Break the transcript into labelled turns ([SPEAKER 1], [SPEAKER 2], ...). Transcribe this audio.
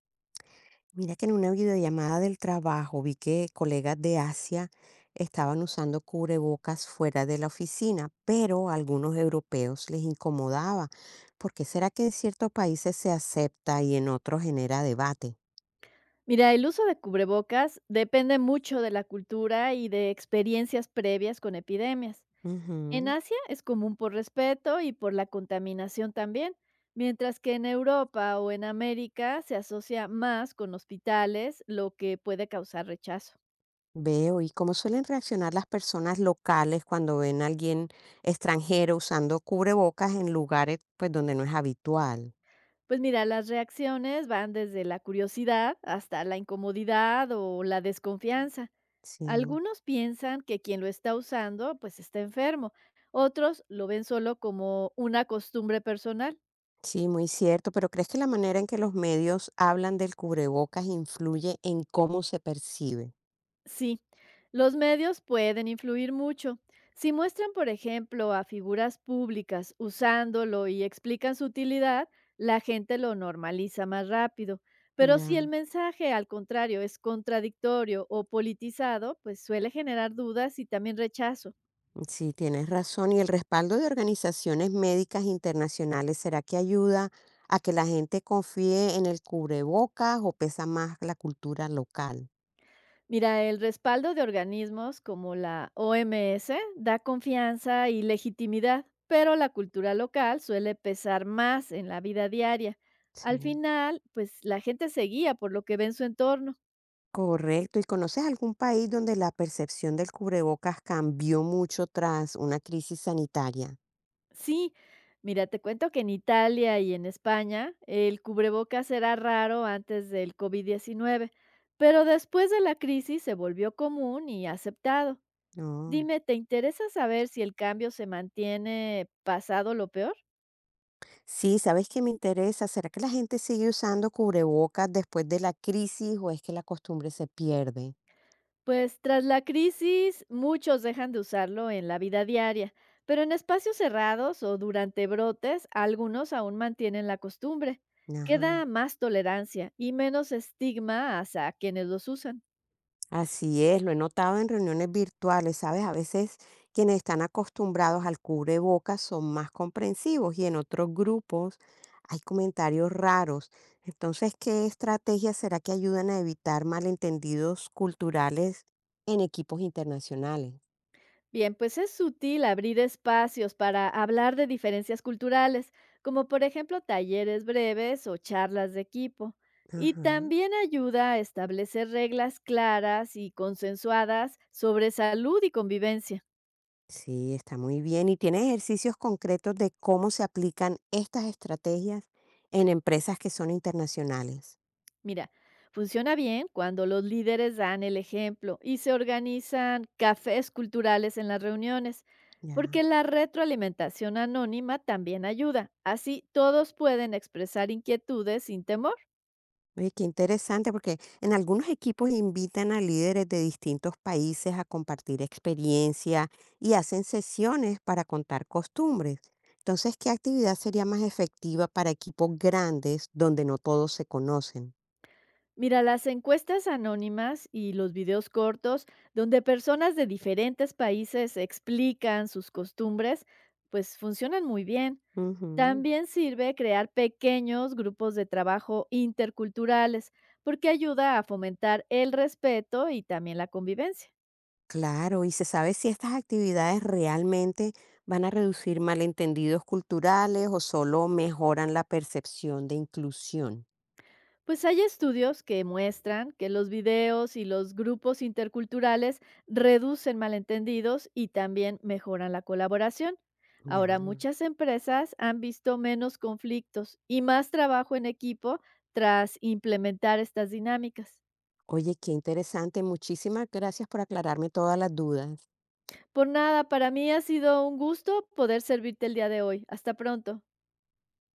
[SPEAKER 1] Mira que en una videollamada del trabajo vi que colegas de Asia estaban usando cubrebocas fuera de la oficina, pero a algunos europeos les incomodaba. ¿Por qué será que en ciertos países se acepta y en otros genera debate?
[SPEAKER 2] Mira, el uso de cubrebocas depende mucho de la cultura y de experiencias previas con epidemias. En
[SPEAKER 1] Ujú.
[SPEAKER 2] Asia es común por respeto y por la contaminación también, mientras que en Europa o en América se asocia más con hospitales, lo que puede causar rechazo.
[SPEAKER 1] Veo, ¿y cómo suelen reaccionar las personas locales cuando ven a alguien extranjero usando cubrebocas en lugares pues donde no es habitual?
[SPEAKER 2] Pues mira, las reacciones van desde la curiosidad hasta la incomodidad o la desconfianza.
[SPEAKER 1] Sí.
[SPEAKER 2] Algunos piensan que quien lo está usando pues está enfermo, otros lo ven solo como una costumbre personal.
[SPEAKER 1] Sí, muy cierto, pero ¿crees que la manera en que los medios hablan del cubrebocas influye en cómo se percibe?
[SPEAKER 2] Sí, los medios pueden influir mucho. Si muestran, por ejemplo, a figuras públicas usándolo y explican su utilidad, la gente lo normaliza más rápido. Pero si el
[SPEAKER 1] Ya,
[SPEAKER 2] mensaje, al contrario, es contradictorio o politizado, pues suele generar dudas y también rechazo.
[SPEAKER 1] sí, tienes razón. ¿Y el respaldo de organizaciones médicas internacionales, será que ayuda a que la gente confíe en el cubrebocas o pesa más la cultura local?
[SPEAKER 2] Mira, el respaldo de organismos como la OMS da confianza y legitimidad, pero la cultura local suele pesar más en la vida diaria. Al
[SPEAKER 1] Sí.
[SPEAKER 2] final, pues la gente se guía por lo que ve en su entorno.
[SPEAKER 1] Correcto. ¿Y conoces algún país donde la percepción del cubrebocas cambió mucho tras una crisis sanitaria?
[SPEAKER 2] Sí, mira, te cuento que en Italia y en España el cubrebocas era raro antes del COVID-19, pero después de la crisis se volvió común y aceptado.
[SPEAKER 1] No.
[SPEAKER 2] Dime, ¿te interesa saber si el cambio se mantiene pasado lo peor?
[SPEAKER 1] Sí, ¿sabes qué me interesa? ¿Será que la gente sigue usando cubrebocas después de la crisis o es que la costumbre se pierde?
[SPEAKER 2] Pues tras la crisis, muchos dejan de usarlo en la vida diaria, pero en espacios cerrados o durante brotes, algunos aún mantienen la costumbre.
[SPEAKER 1] Ajá.
[SPEAKER 2] Queda más tolerancia y menos estigma hacia quienes los usan.
[SPEAKER 1] Así es, lo he notado en reuniones virtuales, ¿sabes? A veces quienes están acostumbrados al cubrebocas son más comprensivos y en otros grupos hay comentarios raros. Entonces, ¿qué estrategias será que ayudan a evitar malentendidos culturales en equipos internacionales?
[SPEAKER 2] Bien, pues es sutil abrir espacios para hablar de diferencias culturales, como por ejemplo talleres breves o charlas de equipo. Y
[SPEAKER 1] Ajá.
[SPEAKER 2] también ayuda a establecer reglas claras y consensuadas sobre salud y convivencia.
[SPEAKER 1] Sí, está muy bien. ¿Y tienes ejercicios concretos de cómo se aplican estas estrategias en empresas que son internacionales?
[SPEAKER 2] Mira, funciona bien cuando los líderes dan el ejemplo y se organizan cafés culturales en las reuniones,
[SPEAKER 1] Ya.
[SPEAKER 2] porque la retroalimentación anónima también ayuda. Así todos pueden expresar inquietudes sin temor.
[SPEAKER 1] Oye, qué interesante, porque en algunos equipos invitan a líderes de distintos países a compartir experiencia y hacen sesiones para contar costumbres. Entonces, ¿qué actividad sería más efectiva para equipos grandes donde no todos se conocen?
[SPEAKER 2] Mira, las encuestas anónimas y los videos cortos donde personas de diferentes países explican sus costumbres, pues funcionan muy bien.
[SPEAKER 1] Ujú.
[SPEAKER 2] También sirve crear pequeños grupos de trabajo interculturales, porque ayuda a fomentar el respeto y también la convivencia.
[SPEAKER 1] Claro, y se sabe si estas actividades realmente van a reducir malentendidos culturales o solo mejoran la percepción de inclusión.
[SPEAKER 2] Pues hay estudios que muestran que los videos y los grupos interculturales reducen malentendidos y también mejoran la colaboración.
[SPEAKER 1] Ya.
[SPEAKER 2] Ahora, muchas empresas han visto menos conflictos y más trabajo en equipo tras implementar estas dinámicas.
[SPEAKER 1] Oye, qué interesante. Muchísimas gracias por aclararme todas las dudas.
[SPEAKER 2] Por nada, para mí ha sido un gusto poder servirte el día de hoy. Hasta pronto.